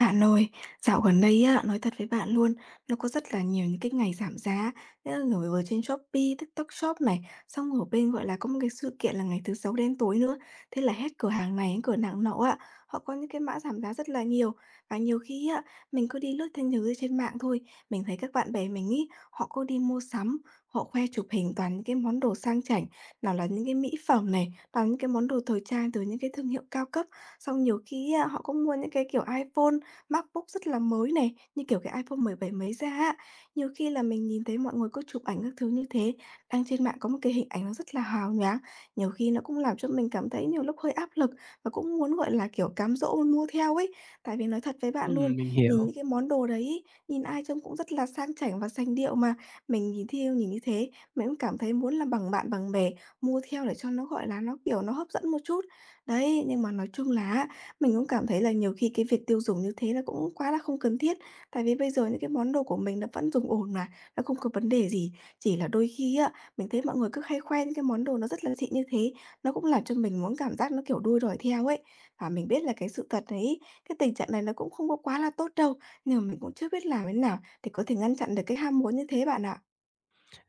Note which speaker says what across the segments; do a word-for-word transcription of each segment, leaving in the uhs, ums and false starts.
Speaker 1: Bạn ơi, dạo gần đây á, nói thật với bạn luôn, nó có rất là nhiều những cái ngày giảm giá, nghĩa là kiểu ở trên Shopee, TikTok Shop này, xong ở bên, gọi là, có một cái sự kiện là ngày thứ Sáu đen tối nữa. Thế là hết cửa hàng này đến cửa nàng nọ ạ họ có những cái mã giảm giá rất là nhiều. Và nhiều khi á, mình cứ đi lướt thêm nhiều thứ trên mạng thôi, mình thấy các bạn bè mình ấy, họ cứ đi mua sắm, họ khoe chụp hình toàn những cái món đồ sang chảnh, nào là những cái mỹ phẩm này, toàn những cái món đồ thời trang từ những cái thương hiệu cao cấp. Xong nhiều khi á, họ cũng mua những cái kiểu iPhone MacBook rất là mới này, như kiểu cái iPhone mười bảy mới ra á. Nhiều khi là mình nhìn thấy mọi người có chụp ảnh các thứ như thế, đăng trên mạng có một cái hình ảnh nó rất là hào nhoáng, nhiều khi nó cũng làm cho mình cảm thấy nhiều lúc hơi áp lực và cũng muốn, gọi là, kiểu, cám dỗ mua theo ấy. Tại vì nói thật với bạn luôn,
Speaker 2: Ừm, mình
Speaker 1: nhìn
Speaker 2: hiểu.
Speaker 1: những cái món đồ đấy ấy, nhìn ai trông cũng rất là sang chảnh và sành điệu mà, mình nhìn theo nhìn như thế, mình cũng cảm thấy muốn là bằng bạn bằng bè, mua theo để cho nó, gọi là, nó, kiểu, nó hấp dẫn một chút. Đấy, nhưng mà nói chung là á, mình cũng cảm thấy là nhiều khi cái việc tiêu dùng như thế là cũng quá là không cần thiết, tại vì bây giờ những cái món đồ của mình nó vẫn dùng ổn mà, nó không có vấn đề gì. Chỉ là đôi khi á, mình thấy mọi người cứ hay khoe những cái món đồ nó rất là xịn như thế, nó cũng làm cho mình muốn cảm giác nó, kiểu, đua đòi theo ấy. Và mình biết là cái sự thật đấy, cái tình trạng này nó cũng không có quá là tốt đâu, nhưng mà mình cũng chưa biết làm thế nào để có thể ngăn chặn được cái ham muốn như thế bạn ạ.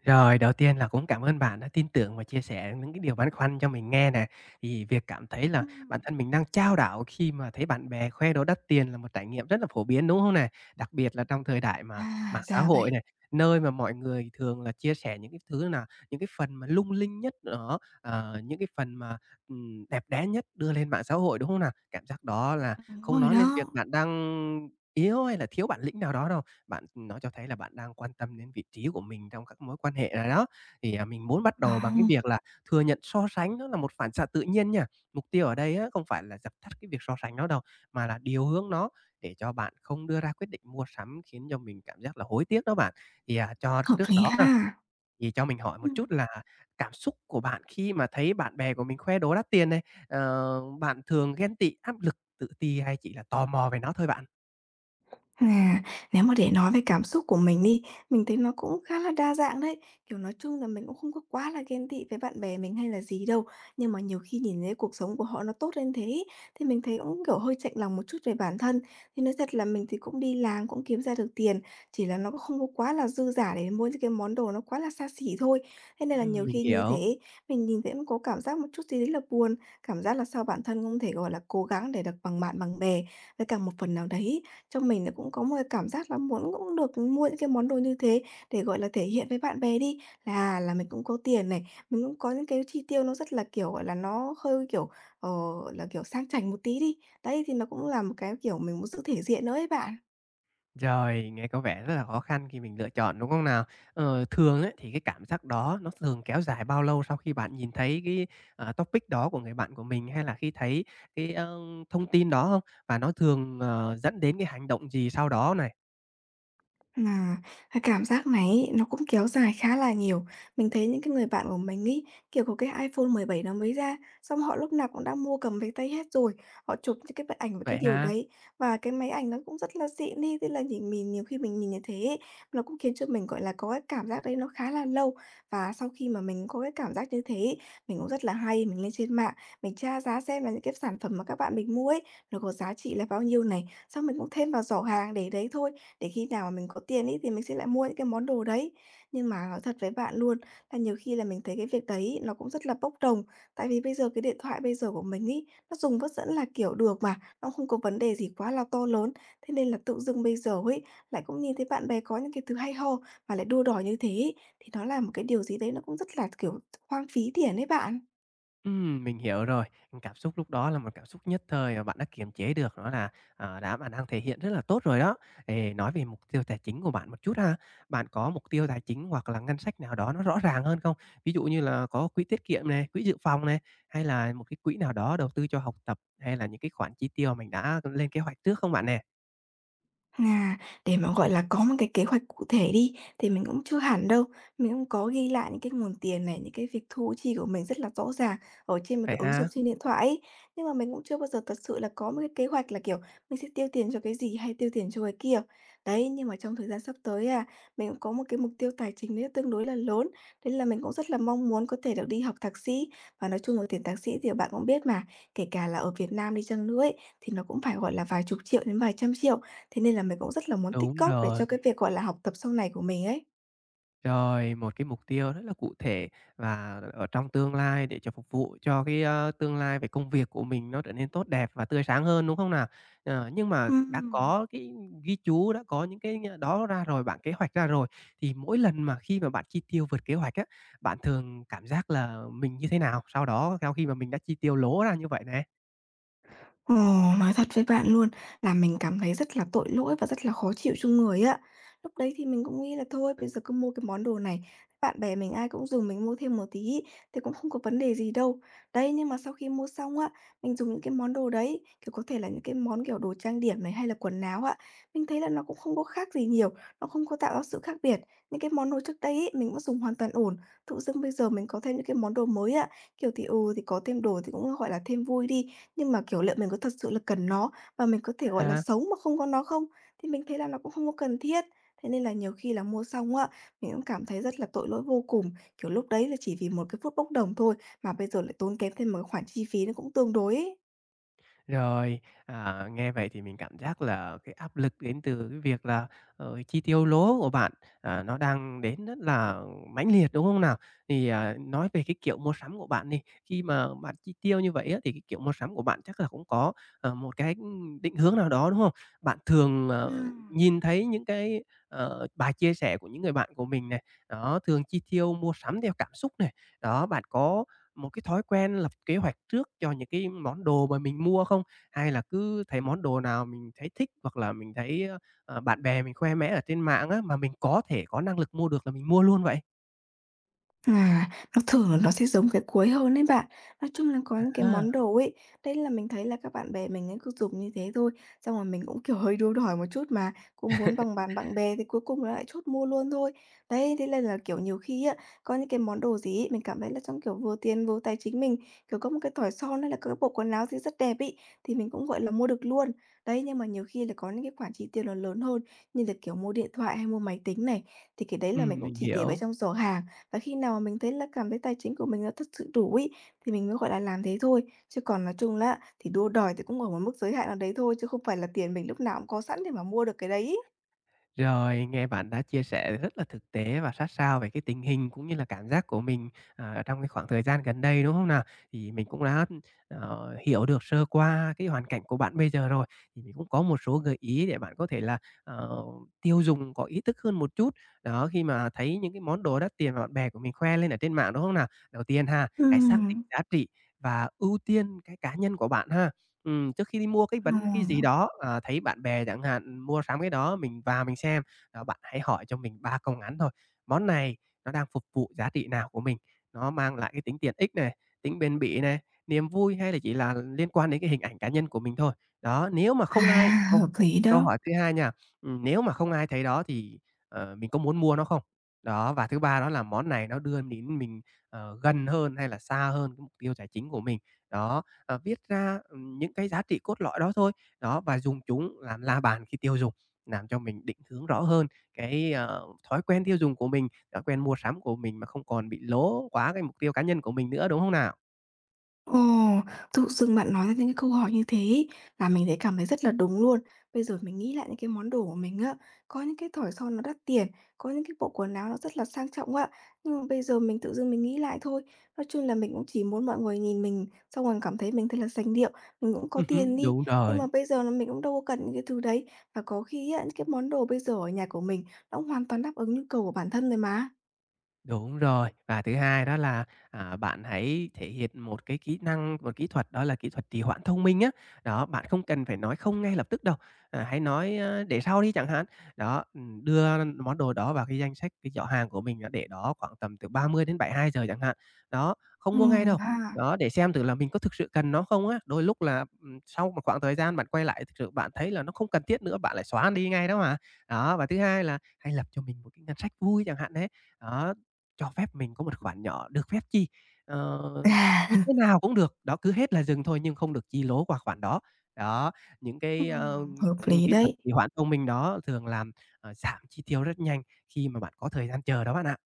Speaker 2: Rồi, đầu tiên là cũng cảm ơn bạn đã tin tưởng và chia sẻ những cái điều băn khoăn cho mình nghe nè. Thì việc cảm thấy là bản
Speaker 1: Ừm.
Speaker 2: thân mình đang trao đảo khi mà thấy bạn bè khoe đồ đắt tiền là một trải nghiệm rất là phổ biến, đúng không nè? Đặc biệt là trong thời đại mà
Speaker 1: À,
Speaker 2: mạng xã
Speaker 1: ra
Speaker 2: hội
Speaker 1: vậy.
Speaker 2: này, nơi mà mọi người thường là chia sẻ những cái thứ là những cái phần mà lung linh nhất đó, ờ, những cái phần mà, ừm, đẹp đẽ nhất đưa lên mạng xã hội, đúng không nào? Cảm giác đó là
Speaker 1: Đúng
Speaker 2: không
Speaker 1: rồi
Speaker 2: nói lên việc
Speaker 1: đó.
Speaker 2: bạn đang yếu hay là thiếu bản lĩnh nào đó đâu. Bạn nó cho thấy là bạn đang quan tâm đến vị trí của mình trong các mối quan hệ rồi đó. Thì, à, mình muốn bắt
Speaker 1: Ờ,
Speaker 2: đầu bằng cái việc là thừa nhận so sánh nó là một phản xạ tự nhiên nha. Mục tiêu ở đây á, không phải là dập tắt cái việc so sánh đó đâu, mà là điều hướng nó để cho bạn không đưa ra quyết định mua sắm khiến cho mình cảm giác là hối tiếc đó bạn. Thì, à, cho
Speaker 1: hợp
Speaker 2: trước
Speaker 1: lý
Speaker 2: đó ha,
Speaker 1: ha.
Speaker 2: thì cho mình hỏi một
Speaker 1: Ừm.
Speaker 2: chút là cảm xúc của bạn khi mà thấy bạn bè của mình khoe đồ đắt tiền này, ờ, bạn thường ghen tị, áp lực, tự ti hay chỉ là tò mò về nó thôi bạn?
Speaker 1: À, nếu mà để nói về cảm xúc của mình đi, mình thấy nó cũng khá là đa dạng đấy. Kiểu, nói chung là mình cũng không có quá là ghen tị với bạn bè mình hay là gì đâu, nhưng mà nhiều khi nhìn thấy cuộc sống của họ nó tốt lên thế ấy, thì mình thấy cũng, kiểu, hơi chạnh lòng một chút về bản thân. Thì nói thật là mình thì cũng đi làm, cũng kiếm ra được tiền, chỉ là nó cũng không có quá là dư dả để mua những cái món đồ nó quá là xa xỉ thôi. Thế nên là
Speaker 2: Ừm,
Speaker 1: nhiều
Speaker 2: mình
Speaker 1: khi như
Speaker 2: hiểu.
Speaker 1: thế mình nhìn thấy cũng có cảm giác một chút gì đấy là buồn, cảm giác là sao bản thân không thể, gọi là, cố gắng để được bằng bạn bằng bè. Với cả một phần nào đấy trong mình nó cũng có một cái cảm giác là muốn cũng được mua những cái món đồ như thế để, gọi là, thể hiện với bạn bè đi, là là mình cũng có tiền này, mình cũng có những cái chi tiêu nó rất là, kiểu, gọi là, nó hơi, kiểu, ờ, là, kiểu, sang chảnh một tí đi. Đấy, thì nó cũng là một cái, kiểu, mình muốn giữ thể diện nữa ấy bạn.
Speaker 2: Rồi, nghe có vẻ rất là khó khăn khi mình lựa chọn, đúng không nào? Ờ, thường ấy, thì cái cảm giác đó nó thường kéo dài bao lâu sau khi bạn nhìn thấy cái, à, topic đó của người bạn của mình, hay là khi thấy cái, ơ, thông tin đó không? Và nó thường, ờ, dẫn đến cái hành động gì sau đó này?
Speaker 1: Mà cái cảm giác này ấy, nó cũng kéo dài khá là nhiều. Mình thấy những cái người bạn của mình ấy, kiểu, có cái iPhone mười bảy nó mới ra, xong họ lúc nào cũng đã mua cầm về tay hết rồi. Họ chụp những cái bức ảnh với cái
Speaker 2: Vậy
Speaker 1: điều
Speaker 2: ha?
Speaker 1: đấy, và cái máy ảnh nó cũng rất là xịn đi, thế là nhìn mình nhiều khi mình nhìn như thế ấy, nó cũng khiến cho mình, gọi là, có cái cảm giác đấy nó khá là lâu. Và sau khi mà mình có cái cảm giác như thế ấy, mình cũng rất là hay mình lên trên mạng mình tra giá xem là những cái sản phẩm mà các bạn mình mua ấy, nó có giá trị là bao nhiêu này, xong mình cũng thêm vào giỏ hàng để đấy thôi, để khi nào mà mình có tiền ấy thì mình sẽ lại mua những cái món đồ đấy. Nhưng mà nói thật với bạn luôn là nhiều khi là mình thấy cái việc đấy nó cũng rất là bốc đồng, tại vì bây giờ cái điện thoại bây giờ của mình ấy, nó dùng vẫn vẫn là kiểu được mà, nó không có vấn đề gì quá là to lớn. Thế nên là tự dưng bây giờ ấy, lại cũng nhìn thấy bạn bè có những cái thứ hay ho mà lại đua đòi như thế ấy, thì nó là một cái điều gì đấy nó cũng rất là, kiểu, hoang phí tiền đấy bạn.
Speaker 2: Ừm, mình hiểu rồi. Cảm xúc lúc đó là một cảm xúc nhất thời và bạn đã kiềm chế được, nó là, à, đã bạn đang thể hiện rất là tốt rồi đó. Thì nói về mục tiêu tài chính của bạn một chút ha. Bạn có mục tiêu tài chính hoặc là ngân sách nào đó nó rõ ràng hơn không? Ví dụ như là có quỹ tiết kiệm này, quỹ dự phòng này, hay là một cái quỹ nào đó đầu tư cho học tập, hay là những cái khoản chi tiêu mình đã lên kế hoạch trước không bạn nè?
Speaker 1: À, để mà, gọi là, có một cái kế hoạch cụ thể đi, thì mình cũng chưa hẳn đâu. Mình cũng có ghi lại những cái nguồn tiền này, những cái việc thu chi của mình rất là rõ ràng ở trên một cái
Speaker 2: Phải
Speaker 1: ứng dụng
Speaker 2: ha?
Speaker 1: trên điện thoại ấy. Nhưng mà mình cũng chưa bao giờ thật sự là có một cái kế hoạch là, kiểu, mình sẽ tiêu tiền cho cái gì hay tiêu tiền cho cái kia. Đấy, nhưng mà trong thời gian sắp tới à, mình cũng có một cái mục tiêu tài chính đấy tương đối là lớn, thế là mình cũng rất là mong muốn có thể được đi học thạc sĩ. Và nói chung là tiền thạc sĩ thì bạn cũng biết mà, kể cả là ở Việt Nam đi chăng nữa ấy, thì nó cũng phải, gọi là, vài chục triệu đến vài trăm triệu. Thế nên là mình cũng rất là muốn tích
Speaker 2: Đúng
Speaker 1: cóp để cho
Speaker 2: rồi.
Speaker 1: cái việc, gọi là, học tập sau này của mình ấy.
Speaker 2: Rồi, một cái mục tiêu rất là cụ thể và ở trong tương lai để cho phục vụ cho cái, ơ, tương lai về công việc của mình nó trở nên tốt đẹp và tươi sáng hơn, đúng không nào? Ờ, nhưng mà đã
Speaker 1: Ừm.
Speaker 2: có cái ghi chú, đã có những cái đó ra rồi, bạn kế hoạch ra rồi, thì mỗi lần mà khi mà bạn chi tiêu vượt kế hoạch á, bạn thường cảm giác là mình như thế nào sau đó sau khi mà mình đã chi tiêu lố ra như vậy nè?
Speaker 1: Ồ, nói thật với bạn luôn là mình cảm thấy rất là tội lỗi và rất là khó chịu trong người á. Lúc đấy thì mình cũng nghĩ là thôi bây giờ cứ mua cái món đồ này, bạn bè mình ai cũng dùng mình mua thêm một tí ý, thì cũng không có vấn đề gì đâu. Đấy, nhưng mà sau khi mua xong á, mình dùng những cái món đồ đấy, kiểu, có thể là những cái món, kiểu, đồ trang điểm này hay là quần áo á, mình thấy là nó cũng không có khác gì nhiều, nó không có tạo ra sự khác biệt. Những cái món đồ trước đây ấy, mình vẫn dùng hoàn toàn ổn, tự dưng bây giờ mình có thêm những cái món đồ mới á, kiểu, thì, ừ, thì có thêm đồ thì cũng, gọi là, thêm vui đi, nhưng mà, kiểu, liệu mình có thật sự là cần nó và mình có thể, gọi là, sống mà không có nó không? Thì mình thấy là nó cũng không có cần thiết. Thế nên là nhiều khi là mua xong á, mình cũng cảm thấy rất là tội lỗi vô cùng, kiểu, lúc đấy là chỉ vì một cái phút bốc đồng thôi mà bây giờ lại tốn kém thêm một cái khoản chi phí nó cũng tương đối ấy.
Speaker 2: Rồi, à, nghe vậy thì mình cảm giác là cái áp lực đến từ cái việc là, ờ, chi tiêu lố của bạn, à, nó đang đến rất là mãnh liệt, đúng không nào? Thì, à, nói về cái kiểu mua sắm của bạn đi, khi mà bạn chi tiêu như vậy á, thì cái kiểu mua sắm của bạn chắc là cũng có, ờ, một cái, định hướng nào đó, đúng không? Bạn thường, ờ,
Speaker 1: Ừm.
Speaker 2: nhìn thấy những cái, ờ, bài chia sẻ của những người bạn của mình này, đó, thường chi tiêu mua sắm theo cảm xúc này. Đó, bạn có một cái thói quen lập kế hoạch trước cho những cái món đồ mà mình mua không? Hay là cứ thấy món đồ nào mình thấy thích hoặc là mình thấy, ờ, bạn bè mình khoe mẽ ở trên mạng á, mà mình có thể có năng lực mua được là mình mua luôn vậy?
Speaker 1: À, nó thường là nó sẽ giống cái cuối hơn đấy bạn. Nói chung là có những cái
Speaker 2: À,
Speaker 1: món đồ ấy, đấy là mình thấy là các bạn bè mình ấy cứ dùng như thế thôi, xong rồi mình cũng, kiểu, hơi đua đòi một chút mà, cũng muốn bằng bàn bạn bè thì cuối cùng là lại chốt mua luôn thôi. Đấy, thế nên là, kiểu, nhiều khi á, có những cái món đồ gì ấy, mình cảm thấy là trong, kiểu, vừa tiền vừa tài chính mình, kiểu, có một cái thỏi son hay là có cái bộ quần áo gì rất đẹp ấy, thì mình cũng, gọi là, mua được luôn. Đấy, nhưng mà nhiều khi là có những cái khoản chi tiêu nó lớn hơn, như là, kiểu, mua điện thoại hay mua máy tính này, thì cái đấy là mình
Speaker 2: ừm,
Speaker 1: cũng
Speaker 2: mình
Speaker 1: chỉ để vào
Speaker 2: hiểu.
Speaker 1: trong giỏ hàng. Và khi nào mà mình thấy là cảm thấy tài chính của mình nó thật sự đủ ý thì mình mới, gọi là, làm thế thôi. Chứ còn nói chung là thì đua đòi thì cũng ở một mức giới hạn nào đấy thôi, chứ không phải là tiền mình lúc nào cũng có sẵn để mà mua được cái đấy ấy.
Speaker 2: Rồi, nghe bạn đã chia sẻ rất là thực tế và sát sao về cái tình hình cũng như là cảm giác của mình, à, ở trong cái khoảng thời gian gần đây, đúng không nào? Thì mình cũng đã, ờ, hiểu được sơ qua cái hoàn cảnh của bạn bây giờ rồi, thì mình cũng có một số gợi ý để bạn có thể là, ờ, tiêu dùng có ý thức hơn một chút. Đó, khi mà thấy những cái món đồ đắt tiền mà bạn bè của mình khoe lên ở trên mạng, đúng không nào? Đầu tiên ha, hãy xác định
Speaker 1: Ừm,
Speaker 2: giá trị và ưu tiên cái cá nhân của bạn ha. Ừm, trước khi đi mua cái vấn cái gì
Speaker 1: ồ,
Speaker 2: đó, ờ, thấy bạn bè chẳng hạn mua sắm cái đó mình vào mình xem, ờ, bạn hãy hỏi cho mình ba câu ngắn thôi. Món này nó đang phục vụ giá trị nào của mình? Nó mang lại cái tính tiện ích này, tính bền bỉ này, niềm vui hay là chỉ là liên quan đến cái hình ảnh cá nhân của mình thôi. Đó, nếu mà không ai
Speaker 1: à,
Speaker 2: câu
Speaker 1: hợp lý
Speaker 2: câu
Speaker 1: đó.
Speaker 2: hỏi thứ hai nha, ừm, nếu mà không ai thấy đó thì, ờ, mình có muốn mua nó không? Đó, và thứ ba đó là món này nó đưa đến mình, ờ, gần hơn hay là xa hơn cái mục tiêu tài chính của mình. Đó, ờ, viết ra, ừm, những cái giá trị cốt lõi đó thôi. Đó, và dùng chúng làm la bàn khi tiêu dùng, làm cho mình định hướng rõ hơn cái, ờ, thói quen tiêu dùng của mình, thói quen mua sắm của mình mà không còn bị lố quá cái mục tiêu cá nhân của mình nữa, đúng không nào?
Speaker 1: Ồ, tự dưng bạn nói ra những cái câu hỏi như thế ấy, là mình thấy cảm thấy rất là đúng luôn. Bây giờ mình nghĩ lại những cái món đồ của mình á, có những cái thỏi son nó đắt tiền, có những cái bộ quần áo nó rất là sang trọng á. Nhưng mà bây giờ mình tự dưng mình nghĩ lại thôi, nói chung là mình cũng chỉ muốn mọi người nhìn mình xong rồi cảm thấy mình thật là sành điệu, mình cũng có tiền đi.
Speaker 2: Đúng
Speaker 1: Nhưng mà
Speaker 2: rồi.
Speaker 1: bây giờ là mình cũng đâu có cần những cái thứ đấy. Và có khi á, những cái món đồ bây giờ ở nhà của mình nó cũng hoàn toàn đáp ứng nhu cầu của bản thân rồi mà.
Speaker 2: Đúng rồi. Và thứ hai đó là, à, bạn hãy thể hiện một cái kỹ năng, một kỹ thuật đó là kỹ thuật trì hoãn thông minh á. Đó, bạn không cần phải nói không ngay lập tức đâu, à, hãy nói, a, để sau đi chẳng hạn. Đó, ừm, đưa món đồ đó vào cái danh sách cái giỏ hàng của mình, để đó khoảng tầm từ ba mươi đến bảy mươi hai giờ chẳng hạn. Đó, không
Speaker 1: Ừ
Speaker 2: mua ngay đâu.
Speaker 1: ha.
Speaker 2: Đó, để xem thử là mình có thực sự cần nó không á. Đôi lúc là, ừm, sau một khoảng thời gian bạn quay lại thực sự bạn thấy là nó không cần thiết nữa, bạn lại xóa đi ngay đó mà. Đó, và thứ hai là hãy lập cho mình một cái ngân sách vui chẳng hạn đấy. Đó, cho phép mình có một khoản nhỏ, được phép chi, ờ, chi thế nào cũng được, đó, cứ hết là dừng thôi nhưng không được chi lố qua khoản đó. Đó, những cái, ơ,
Speaker 1: Ừm, hợp
Speaker 2: ừm,
Speaker 1: lý
Speaker 2: kỹ thuật
Speaker 1: đấy.
Speaker 2: trì hoãn thông minh đó thường làm, ờ, giảm chi tiêu rất nhanh khi mà bạn có thời gian chờ đó bạn ạ.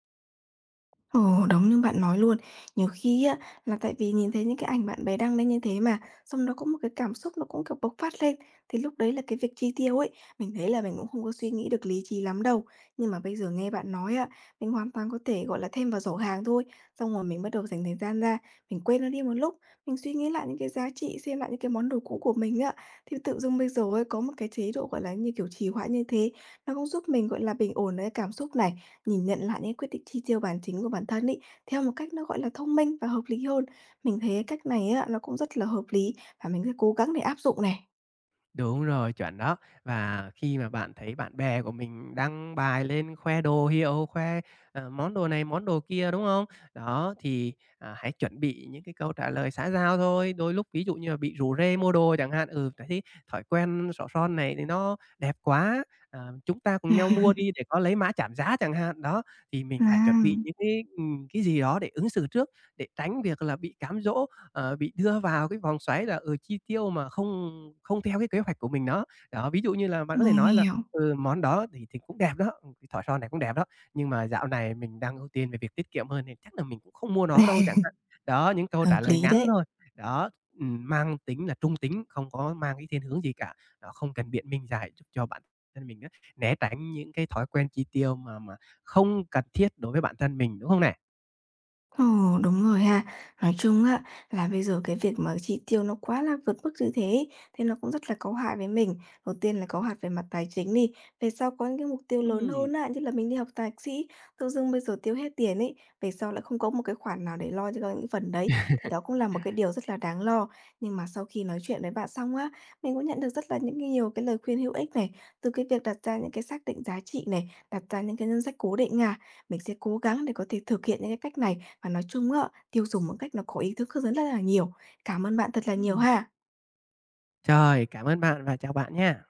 Speaker 1: Ồ, đúng như bạn nói luôn. Nhiều khi á, là tại vì nhìn thấy những cái ảnh bạn bè đăng lên như thế mà, xong nó có một cái cảm xúc nó cũng, kiểu, bộc phát lên, thì lúc đấy là cái việc chi tiêu ấy, mình thấy là mình cũng không có suy nghĩ được lý trí lắm đâu. Nhưng mà bây giờ nghe bạn nói á, mình hoàn toàn có thể, gọi là, thêm vào giỏ hàng thôi, xong rồi mình bắt đầu dành thời gian ra, mình quên nó đi một lúc, mình suy nghĩ lại những cái giá trị, xem lại những cái món đồ cũ của mình á, thì tự dưng bây giờ ấy, có một cái chế độ, gọi là, như kiểu, trì hoãn như thế, nó cũng giúp mình, gọi là, bình ổn cái cảm xúc này, nhìn nhận lại những quyết định chi tiêu bản chính của bản thân ấy, theo một cách nó, gọi là, thông minh và hợp lý hơn. Mình thấy cái cách này á, nó cũng rất là hợp lý và mình sẽ cố gắng để áp dụng này.
Speaker 2: Đúng rồi, chuẩn đó. Và khi mà bạn thấy bạn bè của mình đăng bài lên khoe đồ hiệu, khoe, ờ, món đồ này, món đồ kia, đúng không? Đó, thì, à, hãy chuẩn bị những cái câu trả lời xã giao thôi. Đôi lúc ví dụ như là bị rủ rê mua đồ chẳng hạn, "Ừ, thấy thói quen xỏ son này thì nó đẹp quá, ờ, chúng ta cùng nhau mua đi để có lấy mã giảm giá" chẳng hạn. Đó, thì mình
Speaker 1: À,
Speaker 2: phải chuẩn bị những cái, ừm, cái gì đó để ứng xử trước, để tránh việc là bị cám dỗ ờ, bị đưa vào cái vòng xoáy là, ừ, chi tiêu mà không không theo cái kế hoạch của mình đó. Đó, ví dụ như là bạn có thể
Speaker 1: mình
Speaker 2: nói là,
Speaker 1: hiểu.
Speaker 2: ừ, món đó thì thì cũng đẹp đó, ừ, cái thỏi son này cũng đẹp đó, nhưng mà dạo này mình đang ưu tiên về việc tiết kiệm hơn nên chắc là mình cũng không mua nó đâu chẳng hạn. Đó, những câu
Speaker 1: Hợp
Speaker 2: trả lời
Speaker 1: lý
Speaker 2: ngắn
Speaker 1: đấy.
Speaker 2: thôi. Đó, ừm, mang tính là trung tính, không có mang cái thiên hướng gì cả. Đó, không cần biện minh dài giúp cho bản thân mình á, né tránh những cái thói quen chi tiêu mà mà không cần thiết đối với bản thân mình, đúng không nè?
Speaker 1: Ồ, đúng rồi ha. Nói chung á, là bây giờ cái việc mà chi tiêu nó quá là vượt mức như thế ấy, thế nó cũng rất là có hại với mình. Đầu tiên là có hại về mặt tài chính đi, về sau có những cái mục tiêu lớn
Speaker 2: Ừm,
Speaker 1: hơn á, như là mình đi học thạc sĩ, tự dưng bây giờ tiêu hết tiền ấy, về sau lại không có một cái khoản nào để lo cho các những phần đấy, thì đó cũng là một cái điều rất là đáng lo. Nhưng mà sau khi nói chuyện với bạn xong á, mình cũng nhận được rất là những cái nhiều cái lời khuyên hữu ích này, từ cái việc đặt ra những cái xác định giá trị này, đặt ra những cái ngân sách cố định à. Mình sẽ cố gắng để có thể thực hiện những cái cách này và nói chung á, tiêu dùng một cách nó có ý thức hơn rất là nhiều. Cảm ơn bạn thật là nhiều
Speaker 2: ừm.
Speaker 1: ha.
Speaker 2: Rồi, cảm ơn bạn và chào bạn nha.